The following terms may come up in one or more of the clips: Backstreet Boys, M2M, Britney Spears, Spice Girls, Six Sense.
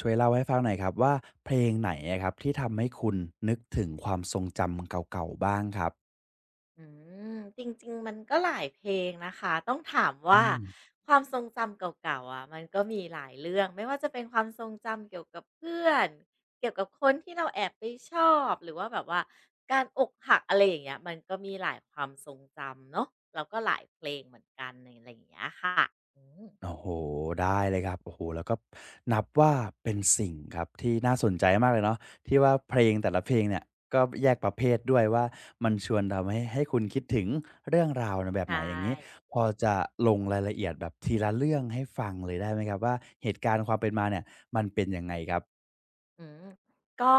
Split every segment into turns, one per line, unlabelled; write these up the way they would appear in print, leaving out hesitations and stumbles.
ช่วยเล่าให้ฟังหน่อยครับว่าเพลงไหนอะครับที่ทำให้คุณนึกถึงความทรงจำเก่าๆบ้างครับ
อืมจริงๆมันก็หลายเพลงนะคะต้องถาม
อื
ว่า
ม
ความทรงจำเก่าๆอะมันก็มีหลายเรื่องไม่ว่าจะเป็นความทรงจำเกี่ยวกับเพื่อนเกี่ยวกับคนที่เราแอบไปชอบหรือว่าแบบว่าการอกหักอะไรอย่างเงี้ยมันก็มีหลายความทรงจำเนาะแล้วก็หลายเพลงเหมือนกันในอะไรอย่างเงี้ยค่ะอืม
โอ้โฮได้เลยครับโอ้โฮแล้วก็นับว่าเป็นสิ่งครับที่น่าสนใจมากเลยเนาะที่ว่าเพลงแต่ละเพลงเนี่ยก็แยกประเภทด้วยว่ามันชวนทำให้ให้คุณคิดถึงเรื่องราวในแบบ
ใช่
ไหนอย่างงี้พอจะลงรายละเอียดแบบทีละเรื่องให้ฟังเลยได้ไหมครับว่าเหตุการณ์ความเป็นมาเนี่ยมันเป็นยังไงครับ
อืมก็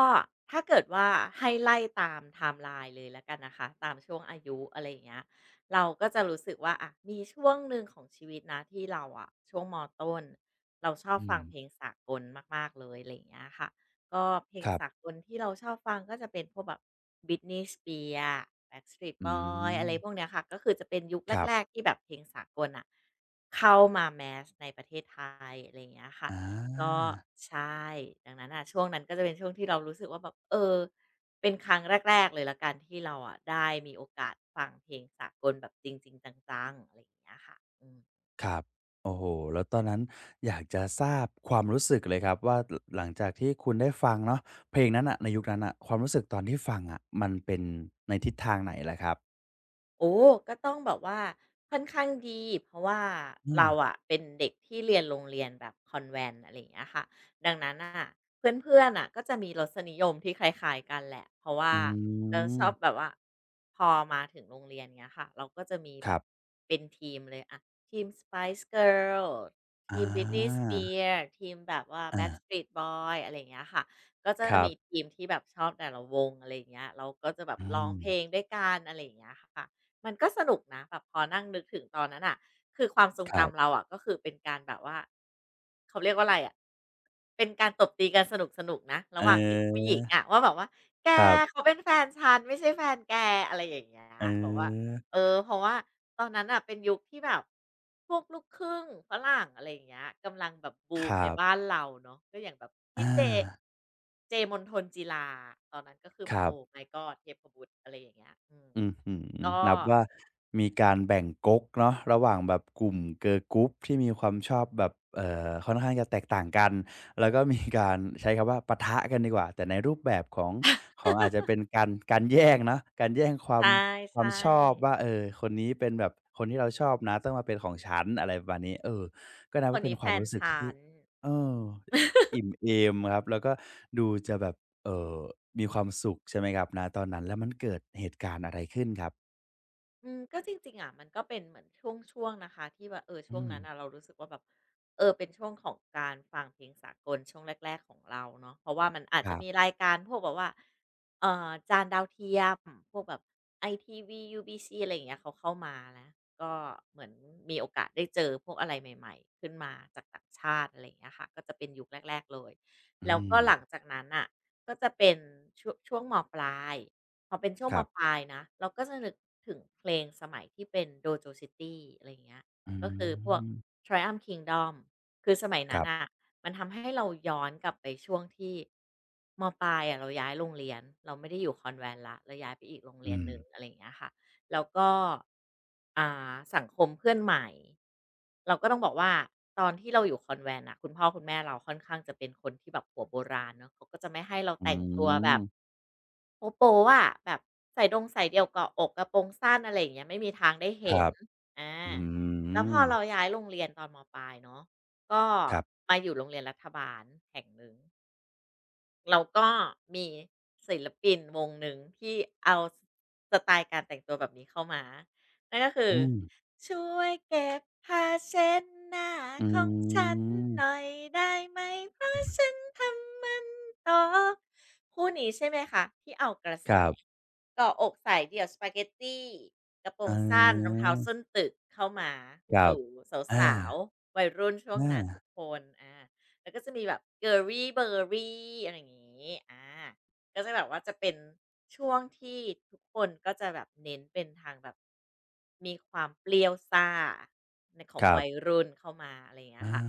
ถ้าเกิดว่าให้ไล่ตามไทม์ไลน์เลยแล้วกันนะคะตามช่วงอายุอะไรอย่างเงี้ยเราก็จะรู้สึกว่าอะมีช่วงหนึ่งของชีวิตนะที่เราอะช่วงมต้นเราชอบ
อื
ฟั
ม
งเพลงสากลมากๆเลยอะไรอย่างเงี้ยค่ะก็เพล
ค
ง
รั
สา
บ
กลที่เราชอบฟังก็จะเป็นพวกแบบ Britney Spears Backstreet
อื
b o y
ม
อะไรพวกเนี้ยค่ะก็คือจะเป็นยุค
ครั
แรก
บ
ๆที่แบบเพลงสากลอ่ะเข้ามาแมสในประเทศไทยอะไรอย่างเงี้ยค่ะ
อา
ก็ใช่ดังนั้นอ่ะช่วงนั้นก็จะเป็นช่วงที่เรารู้สึกว่าแบบเออเป็นครั้งแรกๆเลยละกันที่เราอะได้มีโอกาสฟังเพลงสากลแบบจริงๆจังๆอะไรอย่างเงี้ยค่ะอืม
ครับโอ้โหแล้วตอนนั้นอยากจะทราบความรู้สึกเลยครับว่าลหลังจากที่คุณได้ฟังเนาะเพลงนั้นน่ะในยุคนั้นน่ะความรู้สึกตอนที่ฟังอะมันเป็นในทิศทางไหนล่ะครับ
โอ้ก็ต้องแบบว่าค่อนข้างดีเพราะว่า
เออ
เราอะเป็นเด็กที่เรียนโรงเรียนแบบคอนแวนต์อะไรอย่างเงี้ยค่ะดังนั้นอ่ะเพื่อนๆน่ะก็จะมีรสนิยมที่คล้ายๆกันแหละเพราะว่า
อื
เราชอบแบ
ม
บว่าพอมาถึงโรงเรียนเงี้ยค่ะเราก็จะมี
ค
แบ
รั
บ
บ
เป็นทีมเลยอะทีม Spice g i r l
อา
ทีม Britney Spears ทีมแบบว่า
อา
Backstreet b o y อะไรอย่างเงี้ยค่ะก็จะ
ครั
มี
บ
ทีมที่แบบชอบแต่ละวงอะไรอย่างเงี้ยเราก็จะแบบ
อื
ร้อง
ม
เพลงด้วยกันอะไรอย่างเงี้ยค่ะ มันก็สนุกนะแบบพอนั่งนึกถึงตอนนั้นอ่ะคือความทรง
ครั
จำเรา
บ
อะก็คือเป็นการแบบว่าเขาเรียกว่าอะไรอ่ะเป็นการตบตีกันสนุกๆนกนะ
เ
ระหว่างเด็กผู้ห
ออ
ญิงอ่ะว่าแบบว่าแก
ครับ
เขาเป็นแฟนฉันไม่ใช่แฟนแกอะไรอย่างเงี้ย
เออ
บอกว่าเออเพราะว่าตอนนั้นอ่ะเป็นยุคที่แบบพวกลูกครึ่งฝรั่งอะไรอย่างเงี้ยกำลังแบบบู
ค
ม
รั
ในบ้าน
บ
เราเนาะก็อย่างแบบพี่
อา
เจเจมนฑนจีลาตอนนั้นก็คือ
ค
แบบ
รั
โอ้
บ
My god เทพบุตรอะไรอย่างเงี้ยอืม
อื้อฮือ
ก็
นับว่ามีการแบ่งก๊กเนาะระหว่างแบบกลุ่ม girl group ที่มีความชอบแบบค่อนข้างจะแตกต่างกันแล้วก็มีการใช้คำว่าปะทะกันดีกว่าแต่ในรูปแบบของของอาจจะเป็นการการแย่งเนาะการแย่งความค
ใช่
วามชอบว่าเออคนนี้เป็นแบบคนที่เราชอบนะต้องมาเป็นของฉันอะไรประมาณนี้เออก็นั
ๆ
บ
ค
ว่า
น
เป็น
นี้
ค
แฟ
วาม
น
รู้สึก
ฉั
ที่
น
เอ
อื
อ
ม
อิ่มเอมครับแล้วก็ดูจะแบบ เอ่อมีความสุขใช่ไหมครับณตอนนั้นแล้วมันเกิดเหตุการณ์อะไรขึ้นครับ
อืมก็จริงๆอ่ะมันก็เป็นเหมือนช่วงๆนะคะที่ว่าเออช่
อื
วง
ม
นั้นอ่ะเรารู้สึกว่าแบบเออเป็นช่วงของการฟังเพลงสากลช่วงแรกๆของเราเนาะเพราะว่ามันอา
ค
จจะ
รั
มี
บ
รายการพวกแบบว่าจานดาวเทียมพวกแบบ ITV ี b c อะไรอย่างเงี้ยเขาเข้ามาแล้ะก็เหมือนมีโอกาสได้เจอพวกอะไรใหม่ๆขึ้นมาจากต่างชาติอะไรอย่างเงี้ยค่ะก็จะเป็นยุคแรกๆเลย
อื
แล้ว
ม
ก็หลังจากนั้นอ่ะก็จะเป็นช่วงมปลาย พอเป็นช่วง
ค
ม
รั
ป
บ
ลายนะเราก็จะนึกถึงเพลงสมัยที่เป็น Dojo City อะไรอย่างเงี้ย
อื
ก็คือพวก
ม
Triumph Kingdom คือสมัย
ค
นั้
รั
น
บ
อ่ะมันทำให้เราย้อนกลับไปช่วงที่มปลายอะเราย้ายโรงเรียนเราไม่ได้อยู่คอนแวนต์ละเราย้ายไปอีกโรงเรี
อื
ยน
ม
หนึ่งอะไรอย่างเงี้ยค่ะแล้วก็อ่าสังคมเพื่อนใหม่เราก็ต้องบอกว่าตอนที่เราอยู่คอนแวนต์น่ะคุณพ่อคุณแม่เราค่อนข้างจะเป็นคนที่แบบหัวโบราณเนาะเขาก็จะไม่ให้เรา
อื
แต่งตัวแบบ
ม
โป๊ะๆอะแบบใส่ดงสายเดี่ยวเกาะอกกระโปรงสั้นอะไรอย่างเงี้ยไม่มีทางได้
ค
เห็
รั
น
บ
อา
อื
แล้วพ
ม
อเราย้ายโรงเรียนตอนมปลายเนาะก็
ครับ
มาอยู่โรงเรียนรัฐบาลแห่งหนึ่ง เราก็มีศิลปินวงหนึ่งที่เอาสไตล์การแต่งตัวแบบนี้เข้ามานั่นก็คือ
อืม
ช่วยเก็บผ้าเช็ดหน้า
อื
ของฉัน
ม
หน่อยได้ไหมเพราะฉันทำมันตกคู่นี้ใช่ไหมคะที่เอากระ
ค
แส
รับ
ก่ออกใส่เดี่ยวสปาเกตตีกระโปรง
อา
สั้นรองเท้าส้นตึกเข้ามา
ครับ
สู่สาว
อา
ๆวัยรุ่นช่วงนั้น
อา
ทุกคนอา แล้วก็จะมีแบบ g i เบ y ร e r r y อะไรอย่างงี้อาก็จะแบบว่าจะเป็นช่วงที่ทุกคนก็จะแบบเน้นเป็นทางแบบมีความเปรี้ยวซ่าในขอ
ค
ง
รั
วัย
บ
รุ่นเข้ามาอะไรอย่างเงี้ย
อา
ค่ะ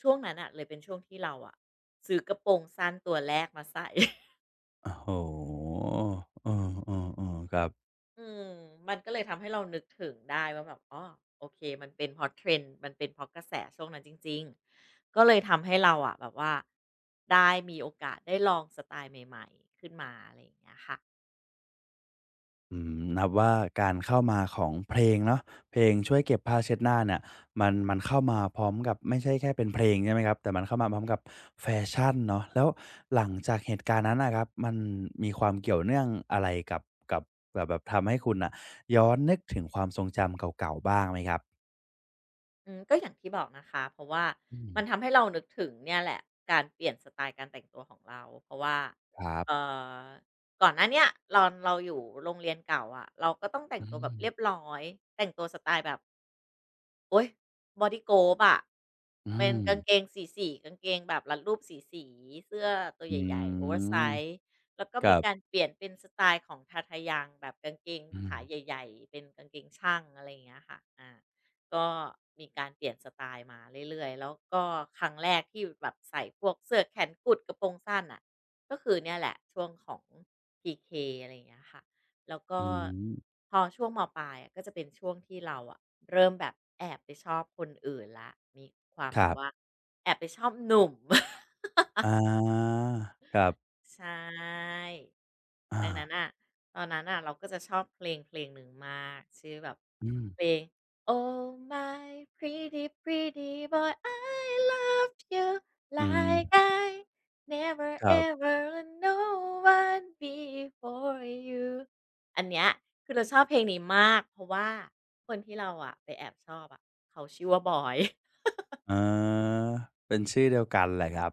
ช่วงนั้นอ่ะเลยเป็นช่วงที่เราอะซื้อกระโปรงสั้นตัวแรกมาใส่
โอ้โฮเออๆๆครับ
อืมมันก็เลยทำให้เรานึกถึงได้ว่าแบบอ๋อโอเคมันเป็นเพราะ trend มันเป็นเพราะกระแสช่วงนั้นจริงๆก็เลยทำให้เราอะแบบว่าได้มีโอกาสได้ลองสไตล์ใหม่ๆขึ้นมาอะไรอย่างเงี้ยค่ะ
อืมนับว่าการเข้ามาของเพลงเนาะเพลงช่วยเก็บผ้าเช็ดหน้าเนี่ยมันมันเข้ามาพร้อมกับไม่ใช่แค่เป็นเพลงใช่ไหมครับแต่มันเข้ามาพร้อมกับแฟชั่นเนาะแล้วหลังจากเหตุการณ์นั้นนะครับมันมีความเกี่ยวเนื่องอะไรกับกับกับแบบทำให้คุณน่ะย้อนนึกถึงความทรงจำเก่าๆบ้างไหมครับ
อืมก็อย่างที่บอกนะคะเพราะว่า
อืม
มันทำให้เรานึกถึงเนี่ยแหละการเปลี่ยนสไตล์การแต่งตัวของเราเพราะว่า
ครับ
เอ่อก่อนหน้าเนี้ยเรอนเราอยู่โรงเรียนเก่าอะะเราก็ต้องแต่
อื
งตัวแบ
ม
บเรียบร้อยแต่งตัวสไตล์แบบ โอ๊ย Body g o b อะ
อื
เป็น
ม
กางเกงสีๆกางเกงแบบรัดรูปสีๆเสื้อตัว
อื
ใหญ่ๆโอเวอร์ไซ
ม
ซ์แล้วก็
กั
มี
บ
การเปลี่ยนเป็นสไตล์ของ Tatayang แบบกางเกง
อืม
ขาใหญ่ๆเป็นกางเกงช่างอะไรอย่างเงี้ยค่ะอาก็มีการเปลี่ยนสไตล์มาเรื่อยๆแล้วก็ครั้งแรกที่แบบใส่พวกเสื้อแขนกุดกระโปรงสั้นน่ะก็คือเนี่ยแหละช่วงของ PK อะไรอย่างเงี้ยค่ะ แล้วก็
อืม
พอช่วงมปลายอะก็จะเป็นช่วงที่เราอะเริ่มแบบแอบไปชอบคนอื่นแล้วมีความ
ค
แบ
รั
บว่า
บ
แอบไปชอบหนุ่ม
อาครับ
ใช่
อา
ดังนั้นอ่ะ ตอนนั้นอ่ะเราก็จะชอบเพลงเพลงหนึ่งมากชื่อแบบ
อืม
เพลง Oh my pretty pretty boy I love you
อืม
like I never
ครับ
ever no one before you อันเนี้ยคือเราชอบเพลงนี้มากเพราะว่าคนที่เราอ่ะไปแอบชอบอ่ะเขาชื่อว่าบอย
อ๋อเป็นชื่อเดียวกันแหละครับ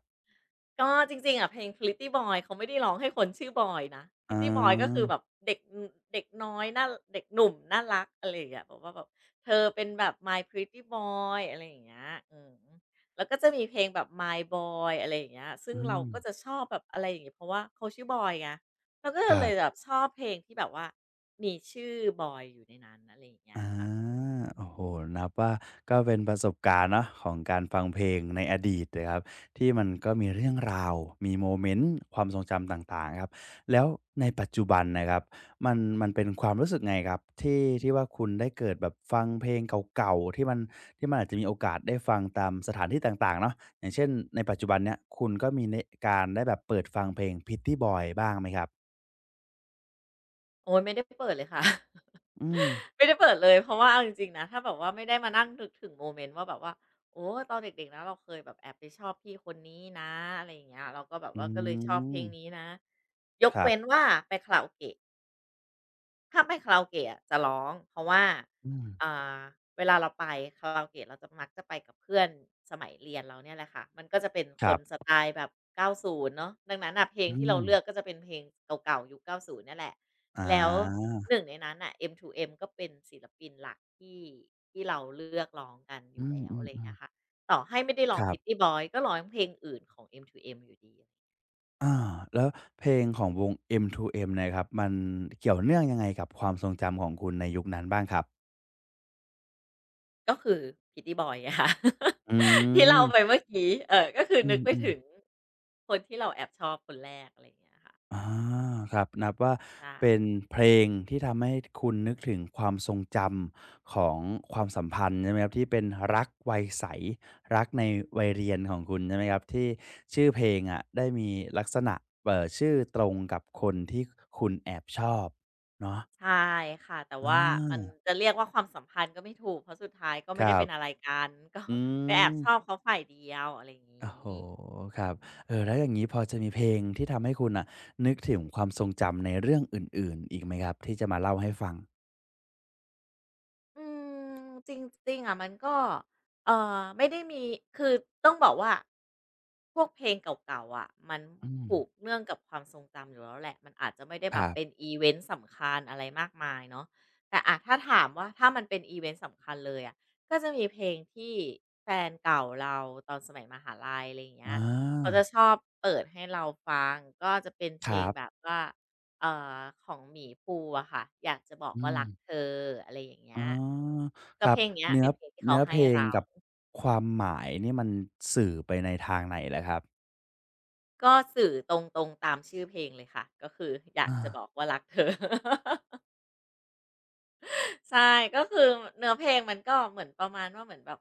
ก็จริงๆอ่ะเพลง Pretty Boy เขาไม่ได้ร้องให้คนชื่อบอยนะ
อ๋
Pretty Boy ก็คือแบ
อ
บเด็กเด็กน้อยน่าเด็กหนุ่มน่ารักอะไรอย่างเงี้ยบอกว่าแบบเธอเป็นแบบ My Pretty Boy" อะไรอย่างเงี้ยอืมแล้วก็จะมีเพลงแบบ My Boy อะไรอย่างเงี้ยซึ่
อื
งเรา
ม
ก็จะชอบแบบอะไรอย่างงี้เพราะว่าเขาชื่อบอยไงเราก็
ครั
เลยแบ
บ
บชอบเพลงที่แบบว่ามีชื่อบอยอยู่ในนั้นอะไรอย่างเงี้ย
อา
ค่ะอืม
โอ้โหนับว่าก็เป็นประสบการณ์เนาะของการฟังเพลงในอดีตนะครับที่มันก็มีเรื่องราวมีโมเมนต์ความทรงจำต่างๆครับแล้วในปัจจุบันนะครับมันมันเป็นความรู้สึกไงครับที่ที่ว่าคุณได้เกิดแบบฟังเพลงเก่าๆที่มันที่มันอาจจะมีโอกาสได้ฟังตามสถานที่ต่างๆเนาะอย่างเช่นในปัจจุบันเนี้ยคุณก็มีในการได้แบบเปิดฟังเพลง Pretty Boy บ้างไหมครับ
โอ๊ยไม่ได้เปิดเลยค่ะ
อืม
ไม่ได้เปิดเลยเพราะว่าเอาจริงๆนะถ้าแบบว่าไม่ได้มานั่งนึกถึงโมเมนต์ว่าแบบว่าโอ้ตอนเด็กๆนะเราเคยแบบแอบไปชอบพี่คนนี้นะอะไรอย่างเงี้ยเราก็แบบ
อื
ว่าก็เลยชอบเพลงนี้
ม
นะย
ค
ก
รับ
เว้นว่าไปคาราโอเกะ ถ้าไปคาราโอเกะอะจะร้องเพราะว่า
อืม
อ่าเวลาเราไปคาราโอเกะเราจะมักจะไปกับเพื่อนสมัยเรียนเราเนี่ยแหละค่ะมันก็จะเป็น
ค
คนส
รับ
ไตล์แบบ90 เนาะดังนั้นน่ะเพลง
อื
ที่เรา
ม
เลือกก็จะเป็นเพลงเก่าๆยุค90 เนี่ยแหละ
อ
แล้ว
า
หนึ่งในนั้นน่ะ M2M ก็เป็นศิลปินหลักที่เราเลือกร้องกันอ
อื
ยู่แล้วอะ
ม
ไรอย่างเงี้
ๆ
ยค่ะ
ๆ
ต่อให้ไม่ได้ร้อ
ค
ง
รับ
Pretty Boy ก็ร้องเพลงอื่นของ M2M อยู่ดี
อาแล้วเพลงของวง M2M เนี่ยครับ มันเกี่ยวเนื่องยังไงกับความทรงจำของคุณในยุคนั้นบ้างครับ
ก็คือ Pretty Boy ไงค่ะ
อื
ที่เล่าไป
ม
เมื่อกี้เออก็คือ
อื
นึกไป
ม
ถึง
ๆ
คนที่เราแอบชอบคนแรกอะไรอย่างเงี้ยค่ะ
อาครับนับว่า
ใช่
เป็นเพลงที่ทำให้คุณนึกถึงความทรงจำของความสัมพันธ์ใช่ไหมครับที่เป็นรักวัยใสรักในวัยเรียนของคุณใช่ไหมครับที่ชื่อเพลงอะได้มีลักษณะชื่อตรงกับคนที่คุณแอบชอบเนาะ
ใช่ค่ะแต่
อ
ว่ามัน
า
จะเรียกว่าความสัมพันธ์ก็ไม่ถูกเพราะสุดท้ายก็
ค
ไม่ได้
รับ
เป็นอะไรกันก็
อื
ไปแอบ
ม
ชอบเขาฝ่ายเดียวอะไรอย่างงี
โอ้โฮ
้
ครับเออแล้วอย่างงี้พอจะมีเพลงที่ทำให้คุณน่ะนึกถึงความทรงจำในเรื่องอื่นๆอีกไหมครับที่จะมาเล่าให้ฟัง
อืมจริงๆอะมันก็ไม่ได้มีคือต้องบอกว่าพวกเพลงเก่าๆอะมัน
อืม
ผูกเนื่องกับความทรงจำอยู่แล้วแหละมันอาจจะไม่ได้
ค
แบ
รั
บเป็น
บ
อิเวนต์สำคัญอะไรมากมายเนาะแต่อะถ้าถามว่าถ้ามันเป็นอิเวนต์สำคัญเลยอะก็จะมีเพลงที่แฟนเก่าเราตอนสมัยมหาลัยอะไรอย่างเงี้ย
อา
เขาจะชอบเปิดให้เราฟังก็จะเป็นเพ
ค
ล
รั
งแบ
บ
บว่า เอ่อของหมีภูอะค่ะอยากจะบอก
อื
ว่า
ม
รักเธออะไรอย่างเงี้
อ๋อ
ยอืมก็
ครั
เพ
บ
ลงเนี้ย
เนื้อ
เป็นเพลงที่เขา
เนื้อเพ
ให้
ลง
เรา
กับความหมายนี่มันสื่อไปในทางไหนเหรอครับ
ก็สื่อตรงๆตามชื่อเพลงเลยค่ะก็คืออยาก
อา
จะบอกว่ารักเธอ ใช่ก็คือเนื้อเพลงมันก็เหมือนประมาณว่าเหมือนแบบ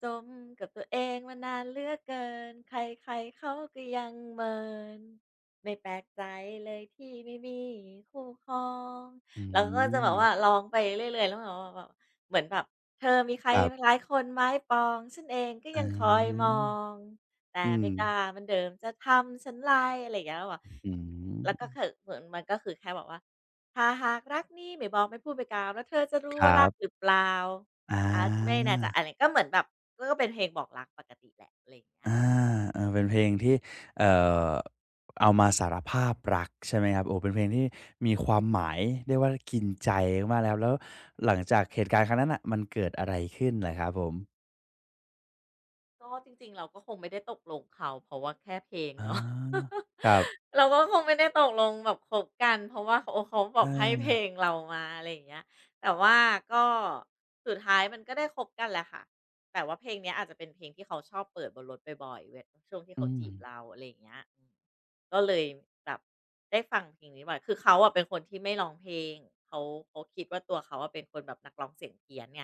จมกับตัวเองมานานเหลือกเกินใครๆเขาก็ยังเหมินไม่แปลกใจเลยที่ไม่มีคู่ครอง
อื
แล้วก็จะ
ม
แบบว่าร้องไปเรื่อยๆแล้วแบบว่าแบบเหมือนแบบเธอมีใคร
ครั
ห
บ
ลายคนไม้ปองฉันเองก็
อา
ยังคอยมองแต่
อื
ไม่
ม
กล้าเหมือนเดิมจะทำฉันลายอะไรอย่างเงี้ยแล้วแบบ
อืม
แล้วก็คือเหมือนมันก็คือแค่แบบว่า ถ้าหากรักนี้ไม่บอกไม่พูดไม่กล่าวแล้วเธอจะรู้
ค
ว่า
รั
รักห
บ
รือเปล่า
อา
อาจจะไม่แน่ใจอะไรก็เหมือนแบบก็เป็นเพลงบอกรักปกติแหละอะไรอย่างเงี้ย
อาเออเป็นเพลงที่เอ่อเอามาสารภาพรักใช่ไหมครับโอ้เป็นเพลงที่มีความหมายเรียกว่ากินใจมากแล้วแล้วหลังจากเหตุการณ์ครั้งนั้นน่ะมันเกิดอะไรขึ้นเหรอครับผม
ก็จริงๆ เราก็คงไม่ได้ตกลงเขาเพราะว่าแค่เพลง
อา
เนาะ
ค รับ
เราก็คงไม่ได้ตกลงแบบคบกันเพราะว่าเขาแบบให้เพ
อา
ลงเรามาอะไรอย่างเงี้ยแต่ว่าก็สุดท้ายมันก็ได้คบกันแหละค่ะแต่ว่าเพลงเนี้ยอาจจะเป็นเพลงที่เขาชอบเปิดบนรถบ่อยๆเวยช่วงที่
อื
เขา
ม
จีบเราอะไรอย่างเงี้ยอืมก็เลยแบบได้ฟังเพลงนี้บ่อยคือเขาอะเป็นคนที่ไม่ร้องเพลงเขาเขาคิดว่าตัวเขาอะเป็นคนแบบนักร้องเสียงเพี้ยนไง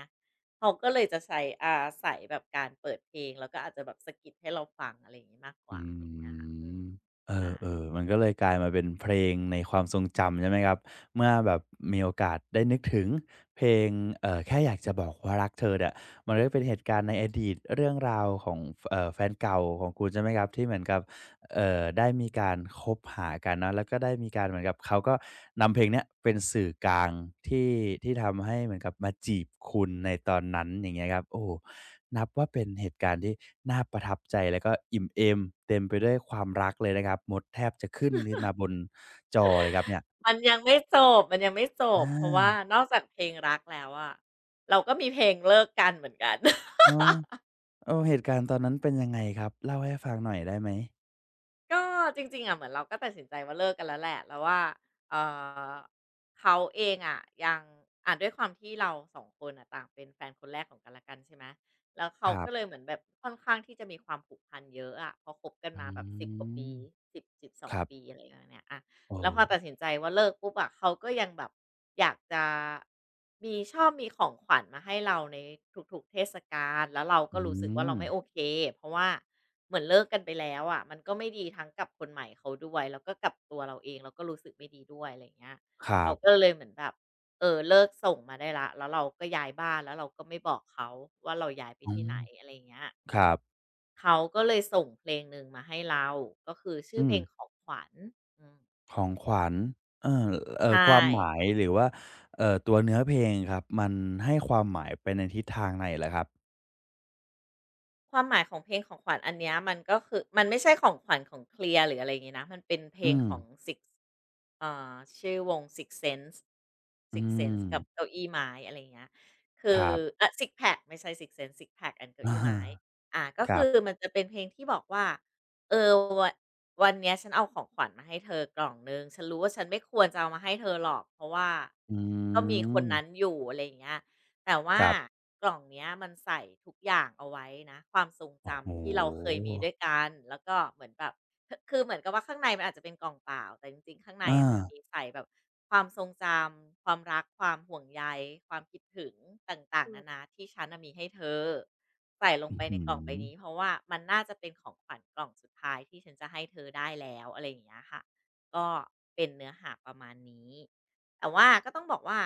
เขาก็เลยจะใช้สายแบบการเปิดเพลง แล้วก็อาจจะแบบสะกิดให้เราฟังอะไรอย่างงี้มากก
อื
ว่าอะไรอย่างเงี้ยค่ะอื
ม
ม
เอ
ใช่
อๆมันก็เลยกลายมาเป็นเพลงในความทรงจำใช่ไหมครับเมื่อแบบมีโอกาสได้นึกถึงเพลงแค่อยากจะบอกว่ารักเธอเนี่ยมันก็เป็นเหตุการณ์ในอดีตเรื่องราวของแฟนเก่าของคุณใช่ไหมครับที่เหมือนกับได้มีการคบหากันเนาะแล้วก็ได้มีการเหมือนกับเขาก็นำเพลงเนี้ยเป็นสื่อกลางที่ที่ทำให้เหมือนกับมาจีบคุณในตอนนั้นอย่างเงี้ยครับโอ้นับว่าเป็นเหตุการณ์ที่ น่าประทับใจแล้วก็อิ่มเอมเต็มไปด้วยความรักเลยนะครับมดแทบจะขึ้นขึ้นมาบนจอเลยครับเนี่ย
มันยังไม่จบ มันยังไม่จ
อ
บ เพราะว่า
า
นอกจากเพลงรักแล้วอะเราก็มีเพลงเลิกกันเหมือนกัน
ออเออเหตุการณ์ตอนนั้นเป็นยังไงครับเล่าให้ฟังหน่อยได้ไหม
ก็จริงๆอะเหมือนเราก็ตัดสินใจว่าเลิกกันแล้วแหละแล้วว่าเอ่อเขาเองอะยังด้วยความที่เราสองคนอะต่างเป็นแฟนคนแรกของกันและกันใช่ไหมแล้ว
ค
เขา
รั
ก็เล
บ
ยเหมือนแบบค่อนข้างที่จะมีความผูกพันเยอะอะเพราะคบกัน
อื
มาแบบ10กว่า
ม
ปี1สบสอ
ค
ง
รับ
ปีอะไรอย่างเงี้ยอะ
โอ้
แล้วพอตัดสินใจว่าเลิกปุ๊บอะเขาก็ยังแบบอยากจะมีชอบมีของขวัญมาให้เราในทุกๆเทศกาลแล้วเรา
อื
ก็รู้สึกว่าเรา
ม
ไม่โอเคเพราะว่า เหมือนเลิกกันไปแล้วอะะมันก็ไม่ดีทั้งกับคนใหม่เขาด้วยแล้วก็กับตัวเราเองเราก็รู้สึกไม่ดีด้วยอะไรอย่างเงี้ย
ครั
เราก็
บ
เลยเหมือนแบบเออเลิกส่งมาได้ล้แล้วเราก็ย้ายบ้านแล้วเราก็ไม่บอกเขาว่าเราย้ายไป
อื
ที่
ม
ไหนอะไราเงี้ย
ค
อืม
รับ
เขาก็เลยส่งเพลงหนึ่งมาให้เราก็คือชื่อ
อื
เพล
ม
งของขวัญอืม
ของขวัญเออ
ใช่
ความหมายหรือว่าตัวเนื้อเพลงครับมันให้ความหมายไปในทิศทางไหนเหรอครับ
ความหมายของเพลงของขวัญอันเนี้ยมันก็คือมันไม่ใช่ของขวัญของ c l e a ์หรืออะไรอย่างงี้นะมันเป็นเพล
อื
ง
ม
ของ Six ชื่อวง Six Sense
อื
Six Sense
ม
กับเก้าอี้ไม้อะไรอย่างเงี้ยคื
ค
อ
รับ
อะ Sixpack ไม่ใช่ Six Sense Sixpack and เก้า
อ
อี้ไม้
า
ก็
ครั
คือ
บ
มันจะเป็นเพลงที่บอกว่าเออวันวันเนี้ยฉันเอาของขวัญมาให้เธอกล่องหนึ่งฉันรู้ว่าฉันไม่ควรจะเอามาให้เธอหรอกเพราะว่า
อื
ก็มีค
ม
นนั้นอยู่อะไรอย่างเงี้ย แต่
ค
ว่า
รับ
กล่องเนี้ยมันใส่ทุกอย่างเอาไว้นะความทรง
โอ้โฮ
จำที่เราเคยมีด้วยกันแล้วก็เหมือนแบบคคือเหมือนกับว่าข้างในมันอาจจะเป็นกล่องเปล่าแต่จริงๆข้างใน
อา
อะมันมีใส่แบบความทรงจำความรักความห่วงใยความคิดถึงต่างๆนานาที่ฉันน่ะมีให้เธอใส่ลง
อื้
ไป
อ
ใน
ฮื
กล่องใบ
อ
นี้เพราะว่ามันน่าจะเป็นของขวัญกล่องสุดท้ายที่ฉันจะให้เธอได้แล้วอะไรอย่างเงี้ยค่ะก็เป็นเนื้อหาประมาณนี้ แต่ว่าก็ต้องบอกว่า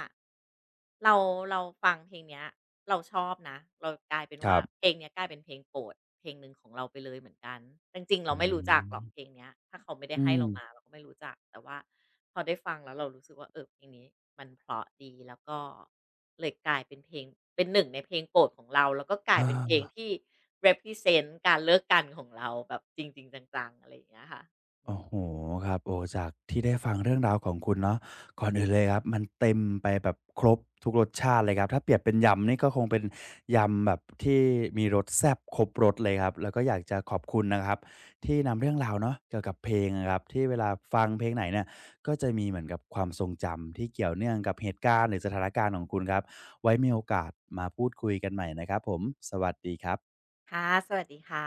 เราเราฟังเพลงเนี้ยเราชอบนะเรากลายเป็น
ค
ว่า
รั
เพ
บ
ลงเนี้ยกลายเป็นเพลงโปรดเพลงหนึ่งของเราไปเลยเหมือนกันจริงๆ
อื
เราไม่รู้จัก
ม
หรอกเพลงเนี้ยถ้าเขาไม่ได้
อื
ให้
ม
เรามาเราก็ไม่รู้จักแต่ว่าพอได้ฟังแล้วเรารู้สึกว่าเออเพลงนี้มันเพราะดีแล้วก็เลยกลายเป็นเพลงเป็นหนึ่งในเพลงโปรดของเราแล้วก็กลายเป็นเพล
เออ
งที่ represent การเลิกกันของเราแบบจริงๆจังๆอะไรอย่างเงี้ยค่ะอืม
โอ้โหครับโอ้จากที่ได้ฟังเรื่องราวของคุณเนาะก่อนอื่นเลยครับมันเต็มไปแบบครบทุกรสชาติเลยครับถ้าเปรียบเป็นยำนี่ก็คงเป็นยำแบบที่มีรสแซ่บครบรสเลยครับแล้วก็อยากจะขอบคุณนะครับที่นำเรื่องราวเนาะเกี่ยวกับเพลงอะครับที่เวลาฟังเพลงไหนเนี่ยก็จะมีเหมือนกับความทรงจำที่เกี่ยวเนื่องกับเหตุการณ์หรือสถานการณ์ของคุณครับไว้มีโอกาสมาพูดคุยกันใหม่นะครับผมสวัสดีครับ
ค่ะสวัสดีค่ะ